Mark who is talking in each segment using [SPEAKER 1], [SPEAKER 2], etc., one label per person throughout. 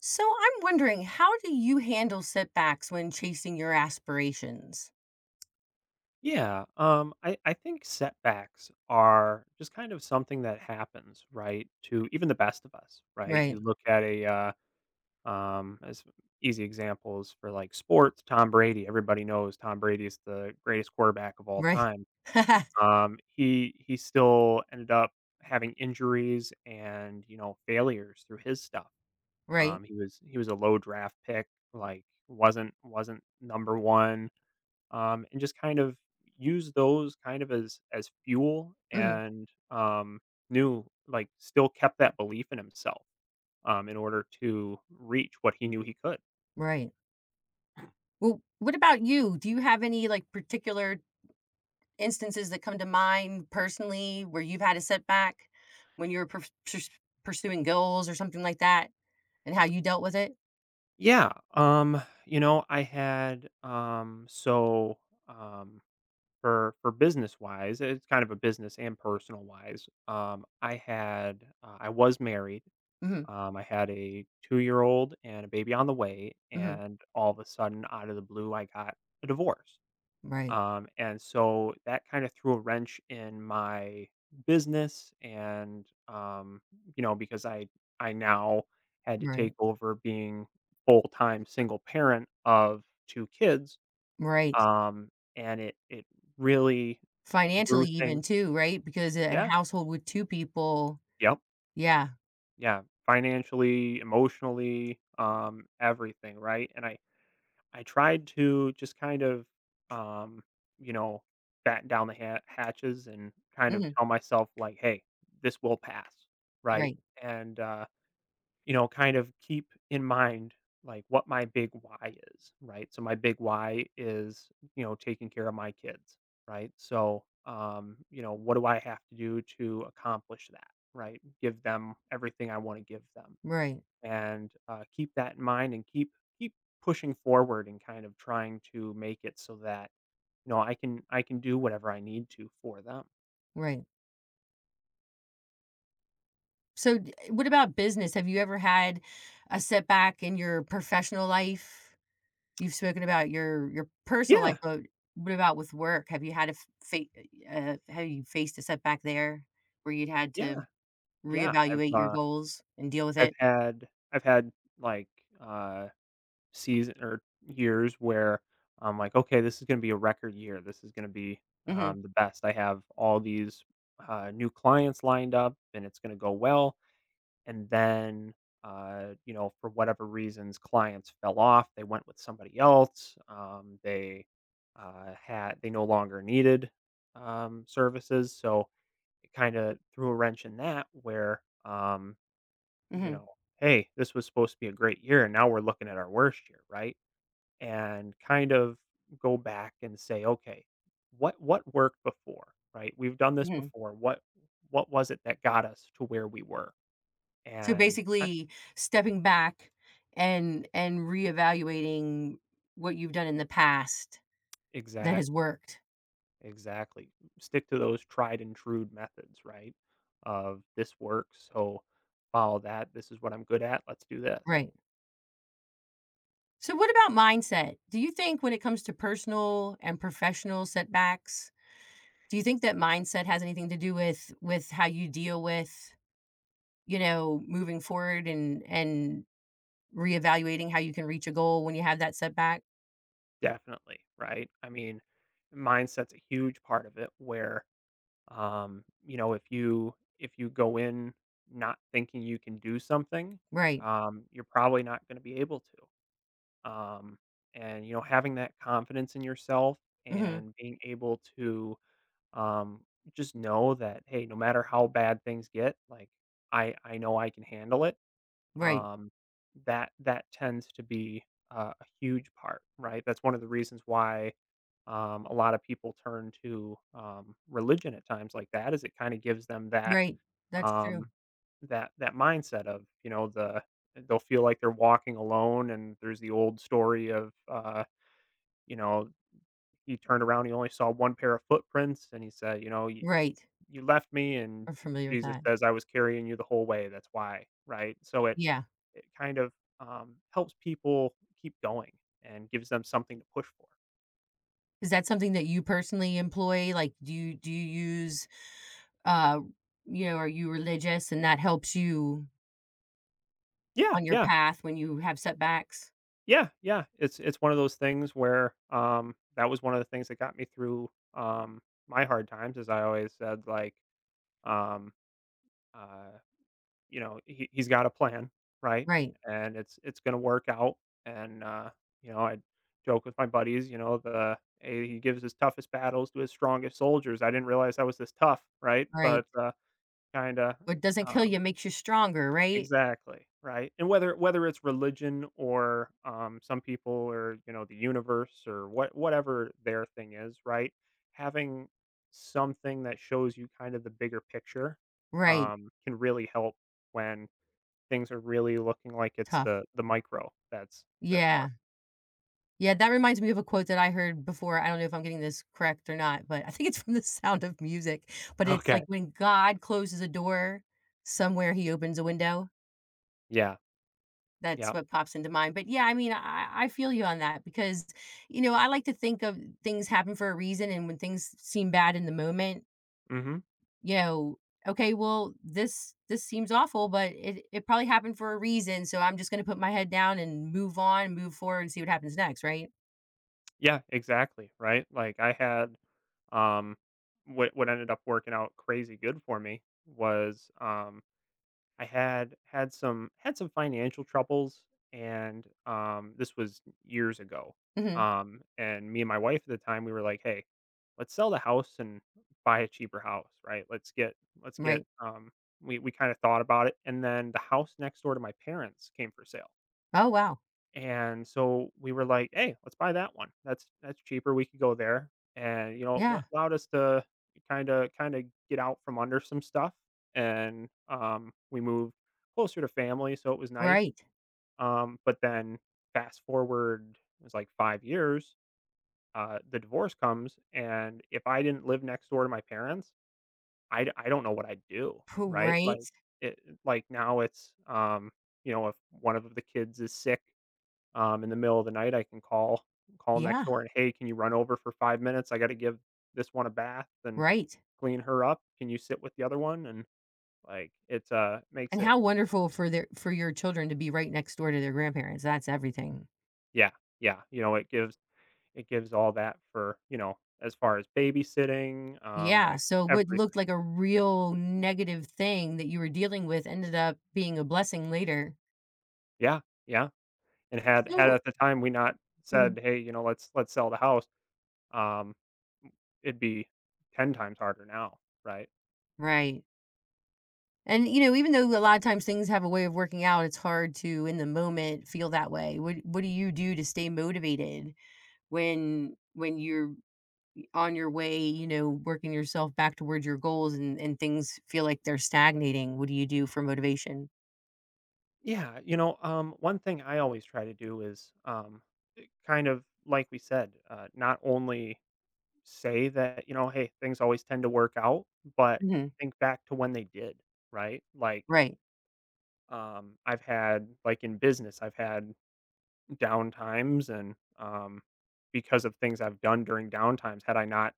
[SPEAKER 1] So I'm wondering, how do you handle setbacks when chasing your aspirations?
[SPEAKER 2] Yeah, I think setbacks are just kind of something that happens, right, to even the best of us, right?
[SPEAKER 1] Right.
[SPEAKER 2] You look at a, as easy examples for like sports. Tom Brady, everybody knows Tom Brady is the greatest quarterback of all
[SPEAKER 1] Right.
[SPEAKER 2] time. He still ended up having injuries and, you know, failures through his stuff.
[SPEAKER 1] Right.
[SPEAKER 2] He was a low draft pick, like wasn't number one, and just kind of use those kind of as fuel,
[SPEAKER 1] Mhm.
[SPEAKER 2] and knew, like, still kept that belief in himself in order to reach what he knew he could.
[SPEAKER 1] Right. Well, what about you? Do you have any particular instances that come to mind personally where you've had a setback when you were pursuing goals or something like that and how you dealt with it?
[SPEAKER 2] Yeah, you know, I had um, for business wise, it's kind of a business and personal wise. I had I was married.
[SPEAKER 1] Hmm.
[SPEAKER 2] I had a 2 year old and a baby on the way,
[SPEAKER 1] Hmm.
[SPEAKER 2] and all of a sudden, out of the blue, I got a divorce.
[SPEAKER 1] Right.
[SPEAKER 2] And so that kind of threw a wrench in my business. And you know, because I now had to
[SPEAKER 1] Right.
[SPEAKER 2] take over being full-time single parent of 2 kids,
[SPEAKER 1] Right.
[SPEAKER 2] um, and it really
[SPEAKER 1] Financially,
[SPEAKER 2] threw things.
[SPEAKER 1] even too, right? Because a
[SPEAKER 2] Yeah,
[SPEAKER 1] household with two people,
[SPEAKER 2] yep,
[SPEAKER 1] yeah.
[SPEAKER 2] yeah, financially, emotionally, everything, right? And I tried to just kind of, um, you know, batten down the hatches and kind of
[SPEAKER 1] Hmm.
[SPEAKER 2] tell myself, like, hey, this will pass. Right.
[SPEAKER 1] Right.
[SPEAKER 2] And, you know, kind of keep in mind, like, what my big why is. Right. So, my big why is, you know, taking care of my kids. Right. So, you know, what do I have to do to accomplish that? Right. Give them everything I want to give them,
[SPEAKER 1] Right.
[SPEAKER 2] and keep that in mind and keep pushing forward and kind of trying to make it so that you know I can do whatever I need to for them.
[SPEAKER 1] Right. So, d what about business? Have you ever had a setback in your professional life? You've spoken about your personal
[SPEAKER 2] Yeah,
[SPEAKER 1] life, but what about with work? Have you had a f fa have you faced a setback there where you'd had
[SPEAKER 2] yeah,
[SPEAKER 1] to
[SPEAKER 2] yeah.
[SPEAKER 1] reevaluate
[SPEAKER 2] I've
[SPEAKER 1] your goals and deal with
[SPEAKER 2] I've
[SPEAKER 1] it?
[SPEAKER 2] had I've had like uh, season or years where I'm like, okay, this is going to be a record year. This is going to be
[SPEAKER 1] Mhm.
[SPEAKER 2] the best. I have all these new clients lined up, and it's going to go well. And then, you know, for whatever reasons, clients fell off. They went with somebody else. They no longer needed services, so it kind of threw a wrench in that. Where you
[SPEAKER 1] Mhm.
[SPEAKER 2] know, hey, this was supposed to be a great year, and now we're looking at our worst year, right? And kind of go back and say, okay, what worked before, right? We've done this
[SPEAKER 1] Mhm.
[SPEAKER 2] before. What was it that got us to where we were?
[SPEAKER 1] So,
[SPEAKER 2] And
[SPEAKER 1] basically, stepping back and reevaluating what you've done in the past that has
[SPEAKER 2] Exactly,
[SPEAKER 1] worked.
[SPEAKER 2] exactly. Stick to those tried and true methods, right? Of this works, so follow that. This is what I'm good at. Let's do this.
[SPEAKER 1] Right. So, what about mindset? Do you think when it comes to personal and professional setbacks, do you think that mindset has anything to do with how you deal with, you know, moving forward and reevaluating how you can reach a goal when you have that setback?
[SPEAKER 2] Definitely, right? I mean, mindset's a huge part of it where you know, if you go in not thinking you can do something,
[SPEAKER 1] Right.
[SPEAKER 2] you're probably not going to be able to. Um, and you know, having that confidence in yourself
[SPEAKER 1] Hmm.
[SPEAKER 2] and being able to, um, just know that hey, no matter how bad things get, like I know I can handle it.
[SPEAKER 1] Right.
[SPEAKER 2] Um, that tends to be a huge part, right? That's one of the reasons why a lot of people turn to religion at times like that, is it kind of gives them that
[SPEAKER 1] Right. That's
[SPEAKER 2] um,
[SPEAKER 1] true.
[SPEAKER 2] that mindset of you know they'll feel like they're walking alone. And there's the old story of, you know he turned around, he only saw one pair of footprints, and he said, you know, you
[SPEAKER 1] Right.
[SPEAKER 2] left me, and
[SPEAKER 1] I'm familiar with
[SPEAKER 2] Jesus
[SPEAKER 1] that.
[SPEAKER 2] says, "I was carrying you the whole way, that's why," right? So it
[SPEAKER 1] Yeah.
[SPEAKER 2] it kind of, helps people keep going and gives them something to push for.
[SPEAKER 1] Is that something that you personally employ? Like, do you use, uh, you know, are you religious and that helps you
[SPEAKER 2] Yeah,
[SPEAKER 1] on your
[SPEAKER 2] yeah,
[SPEAKER 1] path when you have setbacks?
[SPEAKER 2] yeah, yeah. It's one of those things where, that was one of the things that got me through, my hard times. As I always said, like, um, uh you know, he's got a plan, right?
[SPEAKER 1] Right,
[SPEAKER 2] And it's gonna work out. And you know, I joke with my buddies, you know, the "Hey, he gives his toughest battles to his strongest soldiers. I didn't realize I was this tough," right?
[SPEAKER 1] right.
[SPEAKER 2] But kinda
[SPEAKER 1] What doesn't kill
[SPEAKER 2] um,
[SPEAKER 1] you makes you stronger, right?
[SPEAKER 2] exactly, right? And whether it's religion or some people, or you know the universe, or whatever their thing is, right? Having something that shows you kind of the bigger picture,
[SPEAKER 1] Right,
[SPEAKER 2] can really help when things are really looking like it's
[SPEAKER 1] tough.
[SPEAKER 2] the micro that's hard.
[SPEAKER 1] Yeah. Yeah, that reminds me of a quote that I heard before. I don't know if I'm getting this correct or not, but I think it's from The Sound of Music, but it's like,
[SPEAKER 2] Okay.
[SPEAKER 1] "When God closes a door, somewhere he opens a window."
[SPEAKER 2] Yeah.
[SPEAKER 1] That's
[SPEAKER 2] Yeah.
[SPEAKER 1] what pops into mind, but yeah, I mean, I feel you on that because, you know, I like to think of things happen for a reason, and when things seem bad in the moment
[SPEAKER 2] Mhm.
[SPEAKER 1] you know, okay, well, this seems awful, but it probably happened for a reason, so I'm just gonna put my head down and move on, move forward, and see what happens next, right?
[SPEAKER 2] Yeah, exactly, right? Like, I had, um what ended up working out crazy good for me was, I had had some financial troubles, and this was years ago.
[SPEAKER 1] Mhm.
[SPEAKER 2] And me and my wife at the time, we were like, "Hey, let's sell the house and buy a cheaper house, right? Let's get let's get."
[SPEAKER 1] Right.
[SPEAKER 2] Um, we kind of thought about it, and then the house next door to my parents came for sale.
[SPEAKER 1] Oh, wow.
[SPEAKER 2] And so we were like, "Hey, let's buy that one. That's cheaper. We could go there." And, you know, it
[SPEAKER 1] Yeah.
[SPEAKER 2] allowed us to kinda get out from under some stuff, and, we moved closer to family, so it was nice.
[SPEAKER 1] Right.
[SPEAKER 2] But then fast forward, it was like 5 years, the divorce comes, and if I didn't live next door to my parents, I don't know what I'd do,
[SPEAKER 1] P
[SPEAKER 2] right?
[SPEAKER 1] right.
[SPEAKER 2] It like, now it's, you know, if one of the kids is sick, in the middle of the night, I can call next
[SPEAKER 1] Yeah.
[SPEAKER 2] door and, "Hey, can you run over for 5 minutes? I gotta give this one a bath and
[SPEAKER 1] Right.
[SPEAKER 2] clean her up. Can you sit with the other one?" And, like, it's, makes
[SPEAKER 1] And
[SPEAKER 2] it.
[SPEAKER 1] how wonderful for their for your children to be right next door to their grandparents. That's everything.
[SPEAKER 2] Yeah, yeah, you know, it gives all that for, you know, as far as babysitting,
[SPEAKER 1] Yeah,
[SPEAKER 2] like,
[SPEAKER 1] so what looked
[SPEAKER 2] everything.
[SPEAKER 1] like a real negative thing that you were dealing with ended up being a blessing later.
[SPEAKER 2] Yeah, yeah, and had
[SPEAKER 1] So
[SPEAKER 2] at the time we not
[SPEAKER 1] mhm.
[SPEAKER 2] said, "Hey, you know, let's sell the house," um, it'd be 10 times harder now, right?
[SPEAKER 1] Right. And, you know, even though a lot of times things have a way of working out, it's hard to in the moment feel that way. What do you do to stay motivated when you're on your way, you know, working yourself back towards your goals and things feel like they're stagnating? What do you do for motivation?
[SPEAKER 2] Yeah, you know, one thing I always try to do is, kind of like we said, not only say that, you know, hey, things always tend to work out, but
[SPEAKER 1] Mhm.
[SPEAKER 2] think back to when they did, right? Like,
[SPEAKER 1] Right.
[SPEAKER 2] I've had, like, in business, I've had down times. And because of things I've done during down times, had I not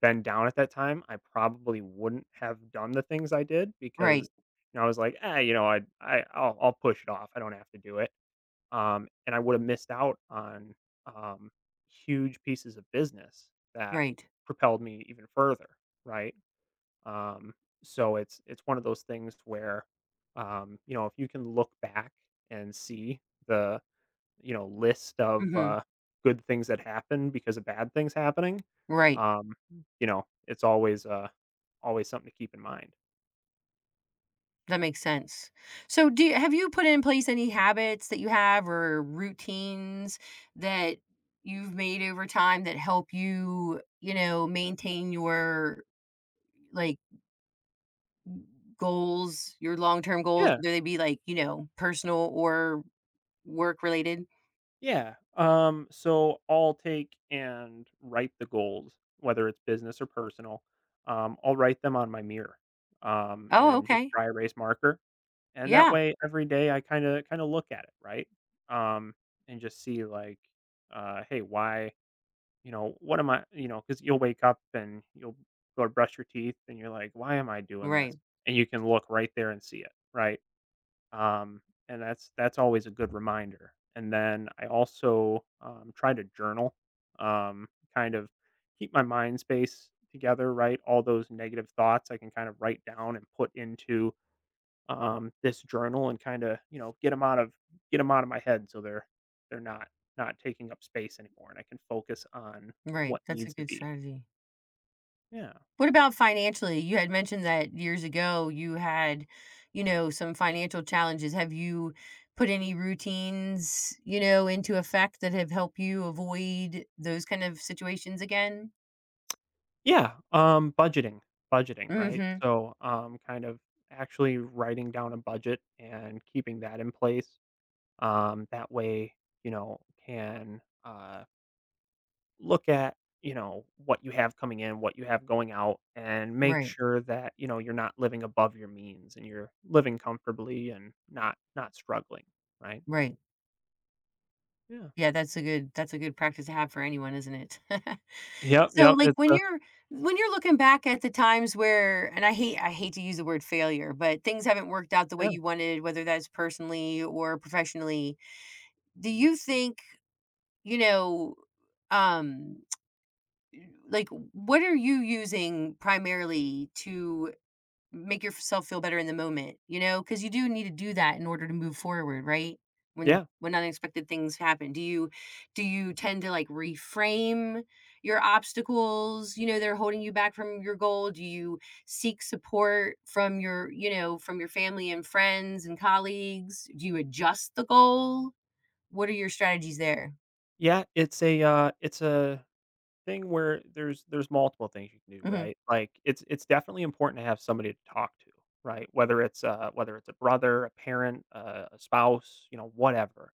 [SPEAKER 2] been down at that time, I probably wouldn't have done the things I did. Because
[SPEAKER 1] Right.
[SPEAKER 2] you know, I was like, ah, you know, I'll push it off. I don't have to do it, and I would have missed out on, um, huge pieces of business that
[SPEAKER 1] Right.
[SPEAKER 2] propelled me even further, right? Um, so it's one of those things where, you know, if you can look back and see the you know list of
[SPEAKER 1] Mhm.
[SPEAKER 2] good things that happen because of bad things happening,
[SPEAKER 1] Right.
[SPEAKER 2] um, you know, it's always always something to keep in mind.
[SPEAKER 1] That makes sense. So do you have you put in place any habits that you have or routines that you've made over time that help you, you know, maintain your like goals, your long-term goals,
[SPEAKER 2] Yeah.
[SPEAKER 1] whether they be like, you know, personal or work related?
[SPEAKER 2] Yeah. So I'll take and write the goals, whether it's business or personal. I'll write them on my mirror,
[SPEAKER 1] Oh,
[SPEAKER 2] and just
[SPEAKER 1] okay.
[SPEAKER 2] dry erase marker. And that
[SPEAKER 1] Yeah.
[SPEAKER 2] way every day I kind of look at it, right? Um, and just see like, hey, why, you know, what am I, you know, because you'll wake up and you'll go to brush your teeth and you're like, why am I doing this?
[SPEAKER 1] Right.
[SPEAKER 2] And you can look right there and see it, right? Um, and that's always a good reminder. And then I also try to journal, um, kind of keep my mind space together. Right, all those negative thoughts I can kind of write down and put into, this journal, and kind of you know get them out of get 'em out of my head so they're not taking up space anymore, and I can focus on
[SPEAKER 1] Right.
[SPEAKER 2] what
[SPEAKER 1] That's a
[SPEAKER 2] needs to
[SPEAKER 1] good
[SPEAKER 2] be.
[SPEAKER 1] strategy.
[SPEAKER 2] Yeah.
[SPEAKER 1] What about financially? You had mentioned that years ago you had, you know, some financial challenges. Have you put any routines, you know, into effect that have helped you avoid those kind of situations again?
[SPEAKER 2] Yeah, budgeting, right?
[SPEAKER 1] Mhm.
[SPEAKER 2] So, kind of actually writing down a budget and keeping that in place, that way, you know, can, look at, you know, what you have coming in, what you have going out, and make
[SPEAKER 1] Right.
[SPEAKER 2] sure that, you know, you're not living above your means and you're living comfortably and not struggling, right?
[SPEAKER 1] Right.
[SPEAKER 2] Yeah.
[SPEAKER 1] Yeah, that's a good practice to have for anyone, isn't it? So,
[SPEAKER 2] Yep,
[SPEAKER 1] like,
[SPEAKER 2] it's a
[SPEAKER 1] when you're looking back at the times where and I hate to use the word failure, but things haven't worked out the way
[SPEAKER 2] yeah,
[SPEAKER 1] you wanted, whether that's personally or professionally, do you think you know, um, like what are you using primarily to make yourself feel better in the moment? You know, because you do need to do that in order to move forward, right? When
[SPEAKER 2] yeah.
[SPEAKER 1] unexpected things happen, do you tend to like reframe your obstacles? You know, they're holding you back from your goal. Do you seek support from your you know from your family and friends and colleagues? Do you adjust the goal? What are your strategies there?
[SPEAKER 2] Yeah, it's a thing where there's multiple things you can do,
[SPEAKER 1] Hmm.
[SPEAKER 2] right? Like, it's definitely important to have somebody to talk to, right? Whether it's a brother, a parent, a spouse, you know, whatever.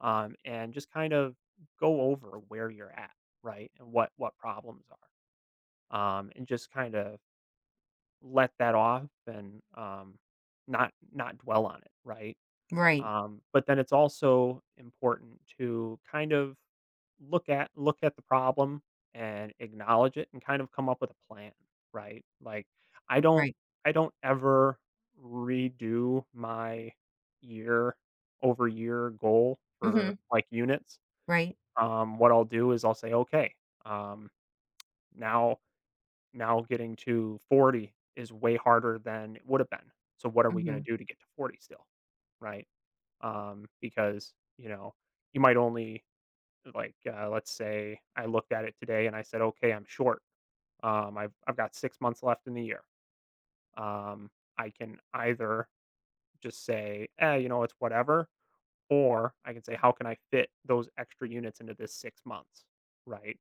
[SPEAKER 2] And just kind of go over where you're at, right? And what problems are. And just kind of let that off, and not dwell on it, right?
[SPEAKER 1] Right,
[SPEAKER 2] But then it's also important to kind of look at the problem and acknowledge it, and kind of come up with a plan, right? Like I don't
[SPEAKER 1] right.
[SPEAKER 2] I don't ever redo my year over year goal for
[SPEAKER 1] Mhm.
[SPEAKER 2] like units.
[SPEAKER 1] Right.
[SPEAKER 2] What I'll do is I'll say, okay, um, now now getting to 40 is way harder than it would have been. So what are we gonna
[SPEAKER 1] Mhm.
[SPEAKER 2] do to get to 40 still, right? Because, you know, you might only, let's say I looked at it today and I said, "Okay, I'm short. I've got 6 months left in the year." Um, I can either just say, "Eh, you know, it's whatever," or I can say, "How can I fit those extra units into this 6 months?" Right?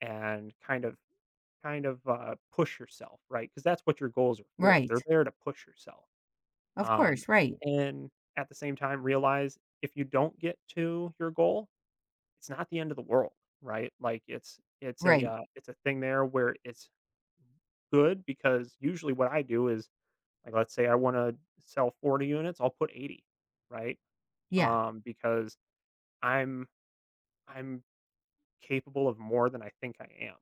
[SPEAKER 2] And kind of, push yourself, right? Because that's what your goals are for. They're
[SPEAKER 1] Right.
[SPEAKER 2] there to push yourself.
[SPEAKER 1] Of
[SPEAKER 2] Um,
[SPEAKER 1] course. Right.
[SPEAKER 2] and at the same time, realize if you don't get to your goal, it's not the end of the world, right? Like,
[SPEAKER 1] Right.
[SPEAKER 2] it's a thing there where it's good because usually what I do is, like, let's say I wanna sell 40 units, I'll put 80, right?
[SPEAKER 1] Yeah.
[SPEAKER 2] Because I'm I'm capable of more than I think I am,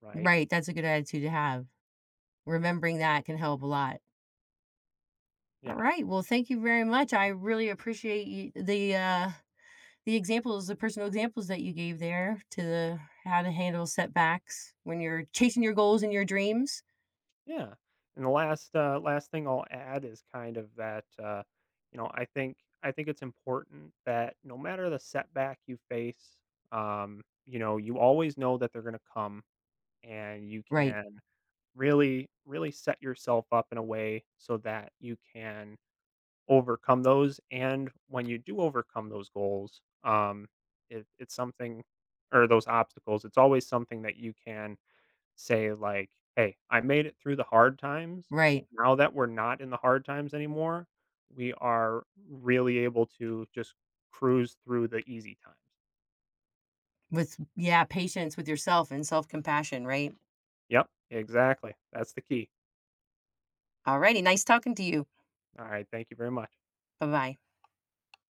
[SPEAKER 2] right?
[SPEAKER 1] Right. That's a good attitude to have. Remembering that can help a lot. All
[SPEAKER 2] Yeah.
[SPEAKER 1] right. Well, thank you very much. I really appreciate you, the examples, the personal examples that you gave there to the how to handle setbacks when you're chasing your goals and your dreams.
[SPEAKER 2] Yeah. And the last thing I'll add is kind of that you know I think it's important that no matter the setback you face, you know you always know that they're going to come, and you
[SPEAKER 1] Right.
[SPEAKER 2] can really set yourself up in a way so that you can overcome those. And when you do overcome those goals, it's something, or those obstacles, it's always something that you can say like, "Hey, I made it through the hard times.
[SPEAKER 1] Right.
[SPEAKER 2] Now that we're not in the hard times anymore, we are really able to just cruise through the easy times."
[SPEAKER 1] With yeah, patience with yourself and self compassion. Right.
[SPEAKER 2] Yep, exactly. That's the key.
[SPEAKER 1] All righty. Nice talking to you.
[SPEAKER 2] All right. Thank you very much.
[SPEAKER 1] Bye bye.